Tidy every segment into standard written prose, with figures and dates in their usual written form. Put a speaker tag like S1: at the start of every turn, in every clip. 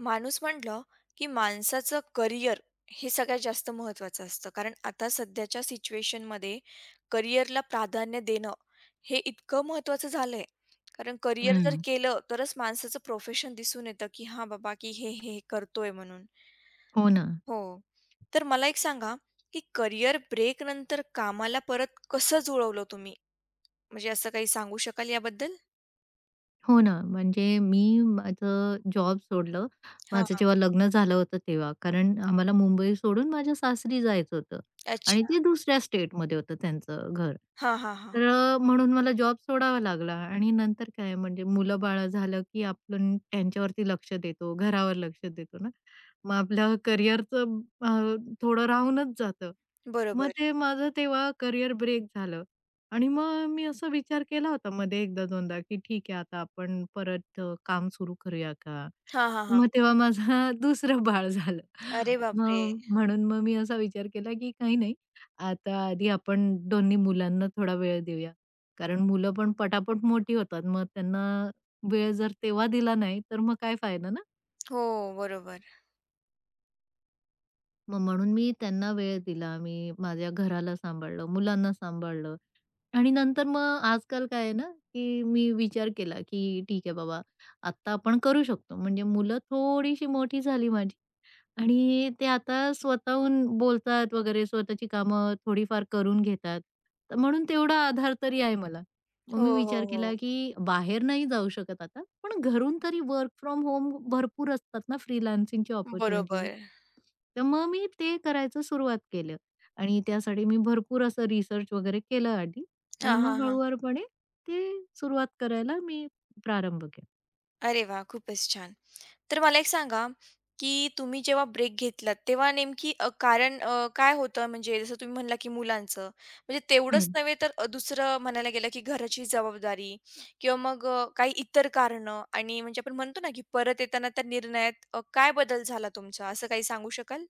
S1: माणूस म्हटलं की माणसाचं करिअर हे सगळ्यात जास्त महत्त्वाचं असतं. कारण आता सध्याच्या सिच्युएशनमध्ये करिअरला प्राधान्य देणं हे इतकं महत्त्वाचं झालंय. कारण करिअर जर
S2: हं.
S1: केलं तरच माणसाचं प्रोफेशन दिसून येतं, की हां बाबा, की हे, हे हे करतोय म्हणून.
S2: हो ना.
S1: हो. तर मला एक सांगा, की करिअर ब्रेक नंतर कामाला परत कसं जुळवलं तुम्ही? म्हणजे असं काही सांगू शकाल याबद्दल?
S2: हो ना. म्हणजे मी माझं जॉब सोडलं.
S1: हां,
S2: माझं
S1: हां.
S2: जेव्हा लग्न झालं होतं तेव्हा. कारण आम्हाला मुंबई सोडून माझ्या सासरी जायचं होतं आणि
S1: अच्छा.
S2: ते दुसऱ्या स्टेटमध्ये होतं त्यांचं घर.
S1: हां, हां, हां.
S2: तर म्हणून मला जॉब सोडावा लागला आणि नंतर काय म्हणजे मुलं-बाळं झालं, की आपण त्यांच्यावरती लक्ष देतो, घरावर लक्ष देतो ना. मग आपलं करिअरचं अ, थोडं राहूनच जातं. मग
S1: बरोबर.
S2: ते माझं तेव्हा करिअर ब्रेक झालं आणि मग मी असा विचार केला होता मध्ये एकदा दोनदा, की ठीक आहे आता आपण परत काम सुरू करूया का?
S1: हां, हां, हां.
S2: मग तेव्हा माझं दुसरं बाळ झालं.
S1: अरे बापरे!
S2: मग म्हणून मी असा विचार केला, की काही नाही आता आधी आपण दोन्ही मुलांना थोडा वेळ देऊया. कारण मुलं पण पटापट मोठी होतात. मग त्यांना वेळ जर तेव्हा दिला नाही, तर मग काय फायदा ना?
S1: हो, बरोबर.
S2: मग म्हणून मी त्यांना वेळ दिला. मी माझ्या घराला सांभाळलं, मुलांना सांभाळलं आणि नंतर मग आजकाल काय आहे ना, की मी विचार केला, की ठीक आहे बाबा, आत्ता आपण करू शकतो. म्हणजे मुलं थोडीशी मोठी झाली माझी आणि ते आता स्वतःहून बोलतात वगैरे, स्वतःची कामं थोडीफार करून घेतात. तर म्हणून तेवढा आधार तरी आहे मला. मग मी
S1: हो, हो,
S2: विचार
S1: हो.
S2: केला, की बाहेर नाही जाऊ शकत आता, पण घरून तरी वर्क फ्रॉम होम भरपूर असतात ना फ्रीलान्सिंगची अपॉर्च्युनिटी.
S1: बरोबर.
S2: तर मग मी ते करायचं सुरुवात केलं आणि त्यासाठी मी भरपूर असं रिसर्च वगैरे केलं आधी
S1: हा,
S2: आणि
S1: हा,
S2: मग
S1: हा,
S2: हळूवारपणे ते सुरुवात करायला मी प्रारंभ केला.
S1: अरे वा, खूपच छान. तर मला एक सांगा, की तुम्ही जेव्हा ब्रेक घेतलात, तेव्हा नेमकी कारण काय होतं? म्हणजे जसं तुम्ही म्हणला, की मुलांचं. म्हणजे तेवढंच नव्हे, तर दुसरं म्हणायला गेलं, की घराची जबाबदारी किंवा मग काही इतर कारणं आणि म्हणजे आपण म्हणतो ना, की परत येताना त्या निर्णयात काय बदल झाला तुमचा? असं काही सांगू शकाल?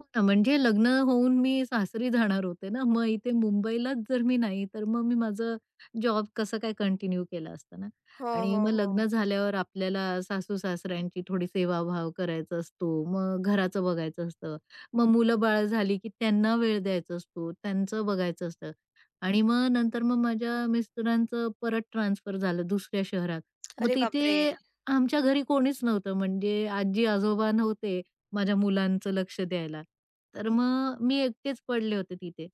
S2: हो ना, म्हणजे लग्न होऊन मी सासरी जाणार होते ना, मग इथे मुंबईलाच जर मी नाही, तर मग मी माझं जॉब कसं काय कंटिन्यू केला असता ना.
S1: हो,
S2: आणि
S1: हो,
S2: मग
S1: हो.
S2: लग्न झाल्यावर आपल्याला सासू-सासऱ्यांची थोडी सेवाभाव करायचा असतो, मग घराचं बघायचं असतं, मग मुलं-बाळ झाली की त्यांना वेळ द्यायचा असतो, त्यांचं बघायचं असतं. आणि मग नंतर मग माझ्या मिस्टरांचं परत ट्रान्सफर झालं दुसऱ्या शहरात. मग
S1: अरे बापरे!
S2: तिथे आमच्या घरी कोणीच नव्हतं, म्हणजे आजी-आजोबा नव्हते माझ्या मुलांचं लक्ष द्यायला. तर मग मी एकटेच पडले होते तिथे.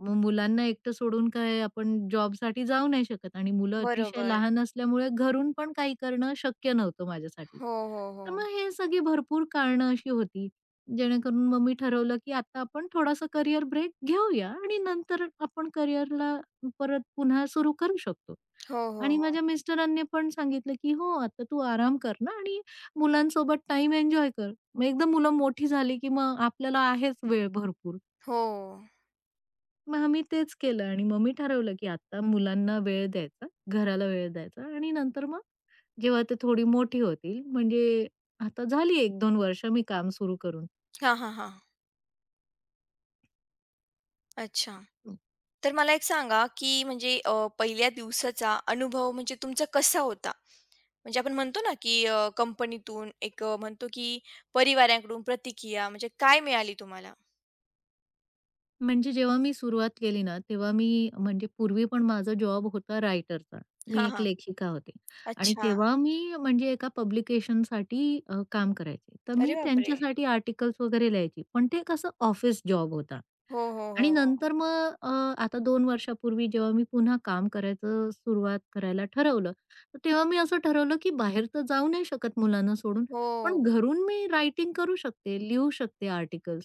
S2: मग मुलांना एकटं सोडून काय आपण जॉबसाठी जाऊ नाही शकत आणि मुलं अतिशय
S1: बरोबर.
S2: लहान असल्यामुळे घरून पण काही करणं शक्य नव्हतं माझ्यासाठी.
S1: हो, हो, हो.
S2: तर मग हे सगळी भरपूर कारणं अशी होती, जेणेकरून मग मी ठरवलं, की आता आपण थोडासा करियर ब्रेक घेऊया आणि नंतर आपण करियरला परत पुन्हा सुरू करू शकतो.
S1: हो, हो,
S2: आणि
S1: हो.
S2: माझ्या मिस्टरांनी पण सांगितलं, की "हो, आता तू आराम कर ना आणि मुलांसोबत टाईम एन्जॉय कर." मग एकदा मुलं मोठी झाली, की मग आपल्याला आहेच वेळ भरपूर.
S1: हो.
S2: मग आम्ही तेच केलं आणि मग मी ठरवलं, की आता मुलांना वेळ द्यायचा, घराला वेळ द्यायचा आणि नंतर मग जेव्हा ते थोडी मोठी होतील, म्हणजे आता झाली 1-2 वर्ष मी काम सुरू करून.
S1: हां, हां, हां. अच्छा. तर मला एक सांगा, की म्हणजे पहिल्या दिवसाचा अनुभव म्हणजे तुमचा कसा होता? म्हणजे आपण म्हणतो ना, की कंपनीतून एक म्हणतो, की परिवाराकडून प्रतिक्रिया म्हणजे काय मिळाली तुम्हाला?
S2: म्हणजे जेव्हा मी सुरुवात केली ना, तेव्हा मी म्हणजे पूर्वी पण माझा जॉब होता रायटरचा. मी
S1: हां,
S2: एक
S1: हां.
S2: लेखिका होते आणि
S1: अच्छा.
S2: तेव्हा मी म्हणजे एका पब्लिकेशनसाठी काम करायचे. तर
S1: अरे
S2: मी
S1: बापरे!
S2: त्यांच्यासाठी आर्टिकल्स वगैरे लिहायची. पण ते कसं ऑफिस जॉब होता
S1: हो, हो, हो,
S2: आणि
S1: हो.
S2: नंतर मग आता 2 वर्षापूर्वी जेव्हा मी पुन्हा काम करायचं सुरुवात करायला ठरवलं, तर तेव्हा मी असं ठरवलं, की बाहेर तर जाऊ नाही शकत मुलांना सोडून, पण
S1: हो.
S2: घरून मी रायटिंग करू शकते, लिहू शकते आर्टिकल्स.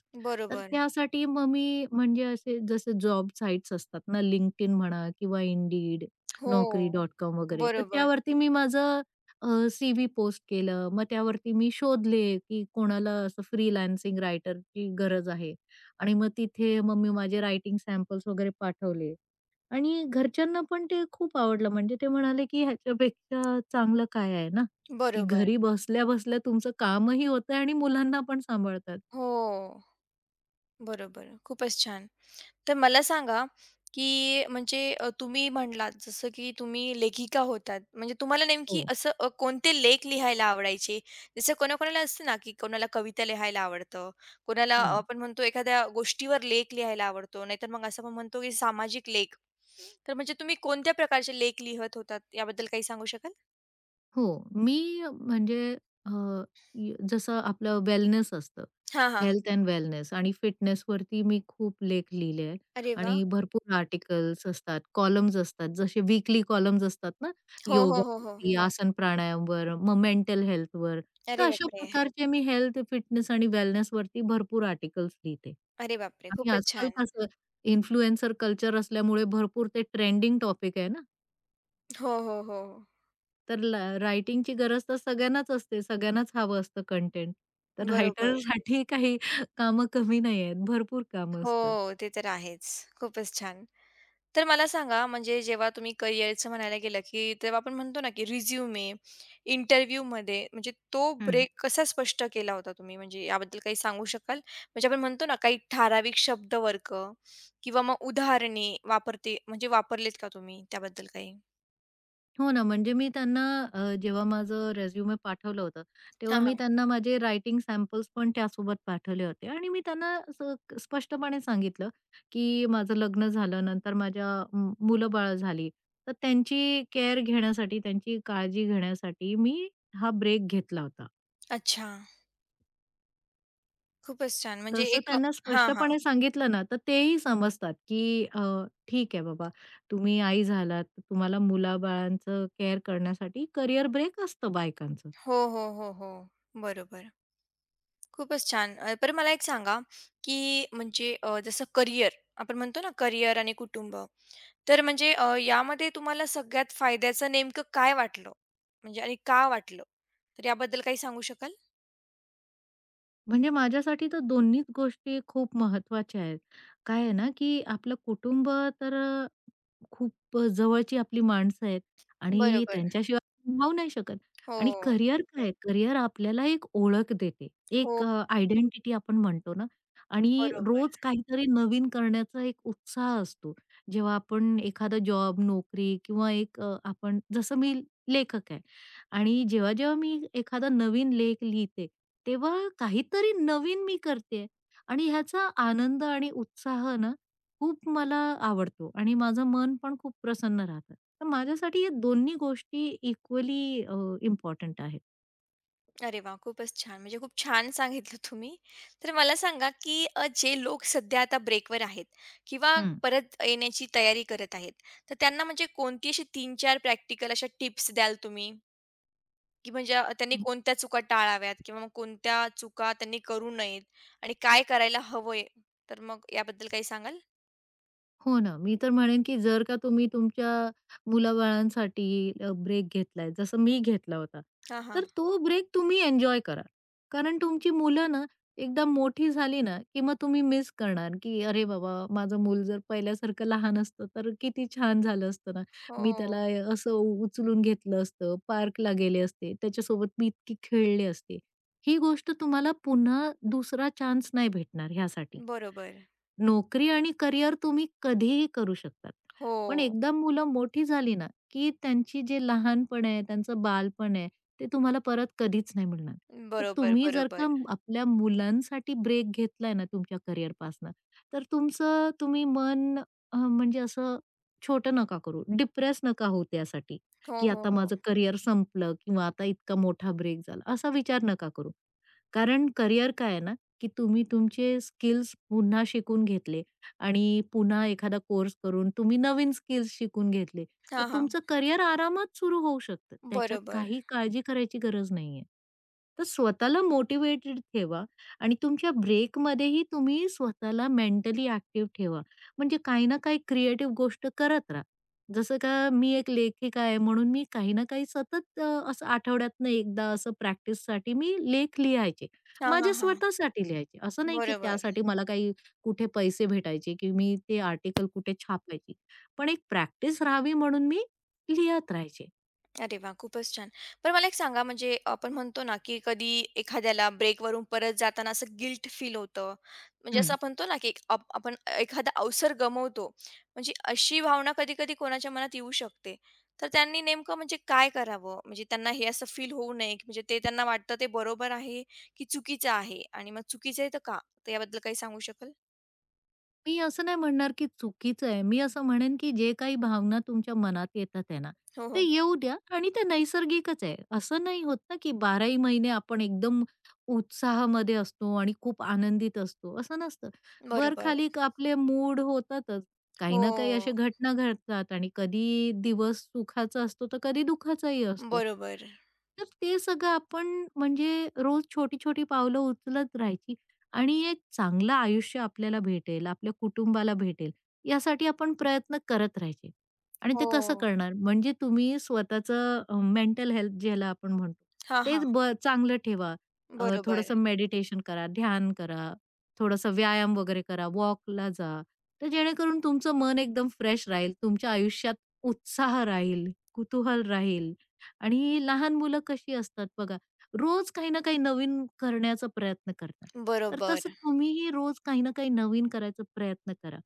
S2: तर
S1: बरोबर.
S2: त्यासाठी मग मी म्हणजे असे जसे जॉब साइट्स असतात ना, LinkedIn म्हणा किंवा Indeed,
S1: हो.
S2: Naukri.com वगैरे, तर
S1: बरोबर.
S2: त्यावरती मी माझं सी-व्ही पोस्ट केलं. मग त्यावरती मी शोधले, की कोणाला असं फ्रीलान्सिंग रायटरची गरज आहे आणि मग तिथे मग मी माझे रायटिंग सॅम्पल्स वगैरे पाठवले आणि घरच्यांना पण ते खूप आवडलं. म्हणजे ते म्हणाले, की ह्याच्यापेक्षा चांगलं काय आहे ना, की
S1: बरोबर.
S2: घरी बसल्या-बसल्या तुमचं कामही होतंय आणि मुलांना पण सांभाळतात.
S1: हो. बरोबर. खूपच छान. तर मला सांगा, की म्हणजे तुम्ही म्हणलात जसं की तुम्ही लेखिका होतात. म्हणजे तुम्हाला नेमकी
S2: हो.
S1: असं कोणते लेख लिहायला आवडायचे? जसं कोणाकोणाला असतं ना, की कोणाला कविता लिहायला आवडतं, कोणाला आपण म्हणतो एखाद्या गोष्टीवर लेख लिहायला आवडतो, नाहीतर मग असं आपण म्हणतो की सामाजिक लेख. तर म्हणजे तुम्ही कोणत्या प्रकारचे लेख लिहत होतात याबद्दल काही सांगू शकाल?
S2: हो. मी म्हणजे अ, जसं आपलं वेलनेस असतं,
S1: हां, हां.
S2: हेल्थ एंड वेलनेस आणि फिटनेसवरती मी खूप लेख लिहिले आहेत
S1: अरे वाह!
S2: आणि भरपूर आर्टिकल्स असतात, कॉलम्न्स असतात, जसे वीकली कॉलम्स असतात ना,
S1: हो, हो, हो, हो.
S2: योगावरती, आसन प्राणायामवर, मग मेंटल हेल्थवर. तर
S1: अरे
S2: अशा
S1: बापरे!
S2: प्रकारचे मी हेल्थ, फिटनेस आणि वेलनेसवरती भरपूर आर्टिकल्स लिहिते.
S1: अरे बापरे!
S2: आणि
S1: खूपच
S2: आजकाल
S1: छान.
S2: कसं इन्फ्लुएन्सर कल्चर असल्यामुळे भरपूर ते ट्रेंडिंग टॉपिक आहे ना,
S1: हो, हो, हो.
S2: तर रायटिंगची गरज तर सगळ्यांनाच असते, सगळ्यांनाच हवं असतं कंटेंट. तर
S1: बरोबर.
S2: रायटरसाठी काही कामं कमी नाही आहेत, भरपूर कामं असतात.
S1: हो, ते तर आहेच. खूपच छान. तर मला सांगा म्हणजे जेव्हा तुम्ही करिअरचं म्हणायला गेलं, की तेव्हा आपण म्हणतो ना, की रिझ्युमे, इंटरव्ह्यूमध्ये म्हणजे तो
S2: हं.
S1: ब्रेक कसा स्पष्ट केला होता तुम्ही? म्हणजे याबद्दल काही सांगू शकाल? म्हणजे आपण म्हणतो ना, काही ठराविक शब्दवर्ग किंवा मग उदाहरणे वापरते म्हणजे वापरलेत का तुम्ही त्याबद्दल काही?
S2: हो ना, म्हणजे मी त्यांना जेव्हा माझं रिझ्यूमे पाठवलं होतं, तेव्हा
S1: हां,
S2: मी
S1: हां.
S2: त्यांना माझे रायटिंग सॅम्पल्स पण त्यासोबत पाठवले होते आणि मी त्यांना असं स्पष्टपणे सांगितलं, की माझं लग्न झालं, नंतर माझ्या मुलं-बाळं झाली. तर त्यांची केअर घेण्यासाठी, त्यांची काळजी घेण्यासाठी मी हा ब्रेक घेतला होता.
S1: अच्छा. खूपच छान. म्हणजे
S2: तसं
S1: एक
S2: त्यांना
S1: हां, हां.
S2: स्पष्टपणे सांगितलं ना, तर तेही समजतात, की ठीक आहे बाबा, तुम्ही आई झालात, तुम्हाला मुलाबाळांचं केअर करण्यासाठी करियर ब्रेक असतं बायकांचं.
S1: हो, हो, हो, हो. बरोबर. खूपच छान. बरं मला एक सांगा, की म्हणजे जसं करिअर आपण म्हणतो ना करिअर आणि कुटुंब. तर म्हणजे यामध्ये तुम्हाला सगळ्यात फायद्याचं नेमकं काय वाटलं? म्हणजे आणि का वाटलं? तर याबद्दल काही सांगू शकाल?
S2: म्हणजे माझ्यासाठी तर दोन्हीच गोष्टी खूप महत्त्वाच्या आहेत. काय आहे ना, की आपलं कुटुंब तर खूप जवळची आपली माणसं आहेत आणि
S1: बरोबर.
S2: त्यांच्याशिवाय राहू नाही शकत. आणि
S1: हो.
S2: करिअर काय आहे, करिअर आपल्याला एक ओळख देते.
S1: हो,
S2: एक आयडेंटिटी आपण म्हणतो ना आणि रोज
S1: बरोबर.
S2: काहीतरी नवीन करण्याचा एक उत्साह असतो. जेव्हा आपण एखादा जॉब, नोकरी किंवा एक आपण जसं मी लेखक आहे आणि जेव्हा-जेव्हा मी एखादा नवीन लेख लिहिते, तेव्हा काहीतरी नवीन मी करते आणि ह्याचा आनंद आणि उत्साह ना खूप मला आवडतो आणि माझं मन पण खूप प्रसन्न राहतं. तर माझ्यासाठी या दोन्ही गोष्टी इक्वली इम्पोर्टंट आहेत.
S1: अरे वाह! खूपच छान. म्हणजे खूप छान सांगितलं तुम्ही. तर मला सांगा, की जे लोक सध्या आता ब्रेकवर आहेत किंवा
S2: हं.
S1: परत येण्याची तयारी करत आहेत, तर त्यांना म्हणजे कोणती अशी 3-4 प्रॅक्टिकल अशा टिप्स द्याल तुम्ही? की म्हणजे त्यांनी कोणत्या चुका टाळाव्यात किंवा मग कोणत्या चुका त्यांनी करू नयेत आणि काय करायला हवंय? तर मग याबद्दल काही सांगाल?
S2: हो ना. मी तर म्हणेन, की जर का तुम्ही तुमच्या मुलाबाळांसाठी ब्रेक घेतलाय, जसं मी घेतला होता,
S1: हां, हां.
S2: तर तो ब्रेक तुम्ही एन्जॉय करा. कारण तुमची मुलं ना, एकदा मोठी झाली ना, की मग तुम्ही मिस करणार, की "अरे बाबा, माझं मूल जर पहिल्यासारखं लहान असतं, तर किती छान झालं असतं ना.
S1: हो.
S2: मी त्याला असं उचलून घेतलं असतं, पार्कला गेले असते, त्याच्यासोबत मी इतकी खेळले असते." ही गोष्ट तुम्हाला पुन्हा दुसरा चान्स नाही भेटणार ह्यासाठी.
S1: बरोबर.
S2: नोकरी आणि करियर तुम्ही कधीही करू शकतात.
S1: हो.
S2: पण एकदा मुलं मोठी झाली ना, की त्यांची जे लहानपण आहे, त्यांचं बालपण आहे, ते तुम्हाला परत कधीच नाही मिळणार. तर
S1: बरोबर,
S2: तुम्ही जर
S1: बरोबर.
S2: का आपल्या मुलांसाठी ब्रेक घेतलाय ना तुमच्या करियरपासनं, तर तुमचं तुम्ही मन म्हणजे असं छोटं नका करू, डिप्रेस नका होऊ त्यासाठी,
S1: हो,
S2: की
S1: हो,
S2: आता
S1: हो.
S2: माझं करियर संपलं किंवा आता इतका मोठा ब्रेक झाला, असा विचार नका करू. कारण करिअर काय आहे ना, की तुम्ही तुमचे स्किल्स पुन्हा शिकून घेतले आणि पुन्हा एखादा कोर्स करून तुम्ही नवीन स्किल्स शिकून घेतले, तर
S1: हां, हां.
S2: तुमचं करिअर आरामात सुरू होऊ शकतं. त्याच्यात
S1: बरोबर.
S2: काही काळजी करायची गरज नाहीये. तर स्वतःला मोटिव्हेटेड ठेवा आणि तुमच्या ब्रेकमध्येही तुम्ही स्वतःला मेंटली ॲक्टिव्ह ठेवा. म्हणजे काही ना काही क्रिएटिव्ह गोष्ट करत राहा. जसं का मी एक लेखिका आहे म्हणून मी काही ना काही सतत असं आठवड्यातनं एकदा असं प्रॅक्टिससाठी मी लेख लिहायचे.
S1: हां, हां,
S2: माझ्या
S1: हां.
S2: स्वतःसाठी लिहायचे. असं नाही की
S1: बरोबर.
S2: त्यासाठी मला काही कुठे पैसे भेटायचे की मी ते आर्टिकल कुठे छापायची. पण एक प्रॅक्टिस राहावी म्हणून मी लिहत राहायचे.
S1: अरे वाह! खूपच छान. पण मला एक सांगा म्हणजे आपण म्हणतो ना, की कधी एखाद्याला ब्रेकवरून परत जाताना असं गिल्ट फील होतं. म्हणजे असं
S2: हं.
S1: आपण म्हणतो ना, की एक आपण एखादा अवसर गमावतो. म्हणजे अशी भावना कधी-कधी कोणाच्या मनात येऊ शकते. तर त्यांनी नेमकं म्हणजे काय करावं? म्हणजे त्यांना हे असं फील होऊ नये, की म्हणजे ते त्यांना वाटतं ते बरोबर आहे, की चुकीचं आहे आणि मग चुकीचं आहे तर का? तर याबद्दल काही सांगू शकाल?
S2: मी असं नाही म्हणणार की चुकीचं आहे. मी असं म्हणेन की जे काही भावना तुमच्या मनात येतात आहे ना,
S1: हो,
S2: ते
S1: हो.
S2: येऊ द्या आणि ते नैसर्गिकच आहे. असं नाही होत ना की बाराही महिने आपण एकदम उत्साहामध्ये असतो आणि खूप आनंदित असतो, असं नसतं.
S1: बरोबर.
S2: वर-खाली आपले मूड होतातच. काही ना काही अशा
S1: हो.
S2: घटना घडतात आणि कधी दिवस सुखाचा असतो, तर कधी दुःखाचाही असतो.
S1: बरोबर.
S2: तर ते सगळं आपण म्हणजे रोज छोटी-छोटी पावलं उचलत राहायची आणि एक चांगलं आयुष्य आपल्याला भेटेल, आपल्या कुटुंबाला भेटेल, यासाठी आपण प्रयत्न करत राहायचे. आणि ते कसं
S1: हो.
S2: करणार? म्हणजे तुम्ही स्वतःचं मेंटल हेल्थ ज्याला आपण म्हणतो,
S1: हां,
S2: तेच
S1: हां.
S2: चांगलं ठेवा.
S1: बरोबर.
S2: थोडंसं मेडिटेशन करा, ध्यान करा, थोडासा व्यायाम वगैरे करा, वॉकला जा. तर जेणेकरून तुमचं मन एकदम फ्रेश राहील, तुमच्या आयुष्यात उत्साह राहील, कुतूहल राहील. आणि लहान मुलं कशी असतात बघा, रोज काही ना काही नवीन करण्याचा प्रयत्न करतात. तर
S1: बरोबर.
S2: तसं तुम्हीही रोज काही ना काही नवीन करायचा प्रयत्न करा.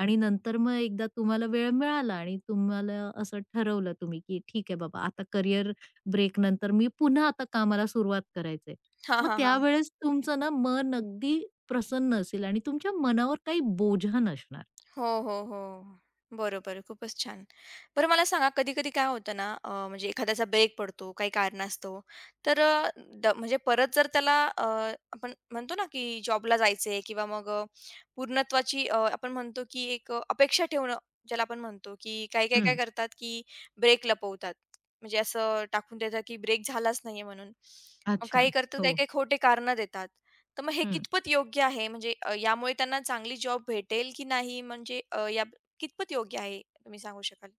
S2: आणि नंतर मग एकदा तुम्हाला वेळ मिळाला आणि तुम्हाला असं ठरवलं तुम्ही, की ठीक आहे बाबा आता करियर ब्रेक नंतर मी पुन्हा आता कामाला सुरुवात करायचंय.
S1: हां,
S2: मग
S1: हा, हां.
S2: त्यावेळेस तुमचं ना मन अगदी प्रसन्न असेल आणि तुमच्या मनावर काही बोजा नसणार.
S1: हो, हो, हो. बरोबर, खूपच छान. बरं मला सांगा कधी-कधी काय होतं ना, म्हणजे एखाद्याचा ब्रेक पडतो काही कारणास्तव, तर अ, द म्हणजे परत जर त्याला आपण म्हणतो ना, की जॉबला जायचंय किंवा मग पूर्णत्वाची आपण म्हणतो, की एक अपेक्षा ठेवणं ज्याला आपण म्हणतो, की काही-काही काय
S2: हं.
S1: करतात, की ब्रेक लपवतात. म्हणजे असं टाकून देतात, की ब्रेक झालाच नाहीये म्हणून. मग
S2: अच्छा.
S1: काही करतात,
S2: हो.
S1: काही-काही खोटे कारणं देतात. तर मग हे कितपत योग्य आहे? म्हणजे यामुळे त्यांना चांगली जॉब भेटेल की नाही? म्हणजे या कितपत योग्य आहे? तुम्ही सांगू शकाल?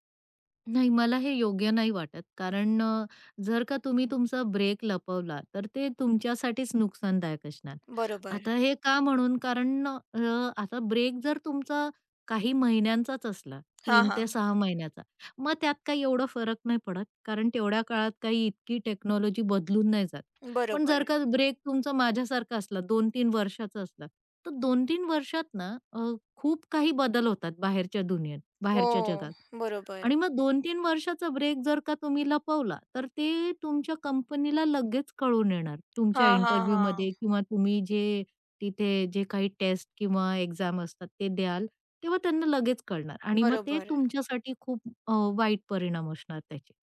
S2: नाही, मला हे योग्य नाही वाटत. कारण जर का तुम्ही तुमचा ब्रेक लपवला, तर ते तुमच्यासाठीच नुकसानदायक असणार.
S1: बरोबर.
S2: आता हे का म्हणून? कारण आता ब्रेक जर तुमचा काही महिन्यांचाच असला,
S1: हां,
S2: 3 ते
S1: हां.
S2: 6 महिन्याचा, मग त्यात काही एवढा फरक नाही पडत. कारण तेवढ्या काळात काही इतकी टेक्नॉलॉजी बदलून नाही जात. पण
S1: बरोबर.
S2: जर का ब्रेक तुमचा माझ्यासारखा असला, 2-3 वर्षाचा असला, तर 2-3 वर्षात ना खूप काही बदल होतात बाहेरच्या दुनियेत,
S1: हो,
S2: बाहेरच्या जगात.
S1: बरोबर.
S2: आणि मग 2-3 वर्षाचा ब्रेक जर का तुम्ही लपवला, तर ते तुमच्या कंपनीला लगेच कळून येणार. तुमच्या
S1: हां, हां, हां.
S2: इंटरव्ह्यूमध्ये किंवा तुम्ही जे तिथे जे काही टेस्ट किंवा एक्झाम असतात ते द्याल, तेव्हा त्यांना लगेच कळणार आणि मग ते
S1: बरोबर,
S2: तुमच्यासाठी खूप अ, वाईट परिणाम असणार त्याचे.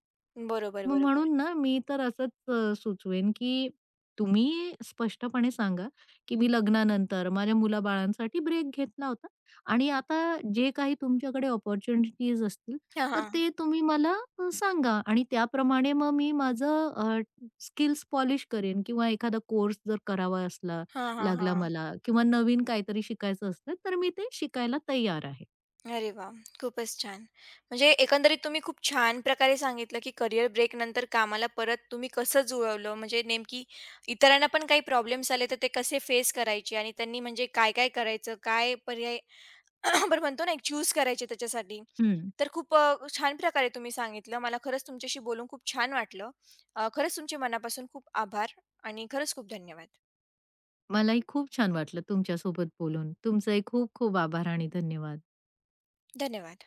S1: बरोबर,
S2: मग
S1: बरोबर.
S2: म्हणून ना मी तर असंच सुचवेन, की तुम्ही स्पष्टपणे सांगा, की मी लग्नानंतर माझ्या मुलाबाळांसाठी ब्रेक घेतला होता आणि आता जे काही तुमच्याकडे अपॉर्च्युनिटीज असतील,
S1: हां,
S2: तर
S1: हां.
S2: ते तुम्ही मला सांगा आणि त्याप्रमाणे मग मी माझं स्किल्स पॉलिश करेन किंवा एखादा कोर्स जर करावा असला
S1: हां, हां,
S2: लागला
S1: हां.
S2: मला किंवा नवीन काहीतरी शिकायचं असलं, तर मी ते शिकायला तयार आहे.
S1: अरे वाह! खूपच छान. म्हणजे एकंदरीत तुम्ही खूप छान प्रकारे सांगितलं, की करियर ब्रेकनंतर कामाला परत तुम्ही कसं जुळवलं? म्हणजे नेमकी इतरांना पण काही प्रॉब्लेम्स आले, तर ते कसे फेस करायचे आणि त्यांनी म्हणजे काय-काय करायचं? काय पर्याय आपण म्हणतो ना एक चूज करायचे त्याच्यासाठी.
S2: हं.
S1: तर खूप छान प्रकारे तुम्ही सांगितलं. मला खरंच तुमच्याशी बोलून खूप छान वाटलं. खरंच तुमचे मनापासून खूप आभार आणि खरंच खूप धन्यवाद.
S2: मलाही खूप छान वाटलं तुमच्यासोबत बोलून. तुमचंही खूप खूप आभार आणि धन्यवाद.
S1: धन्यवाद.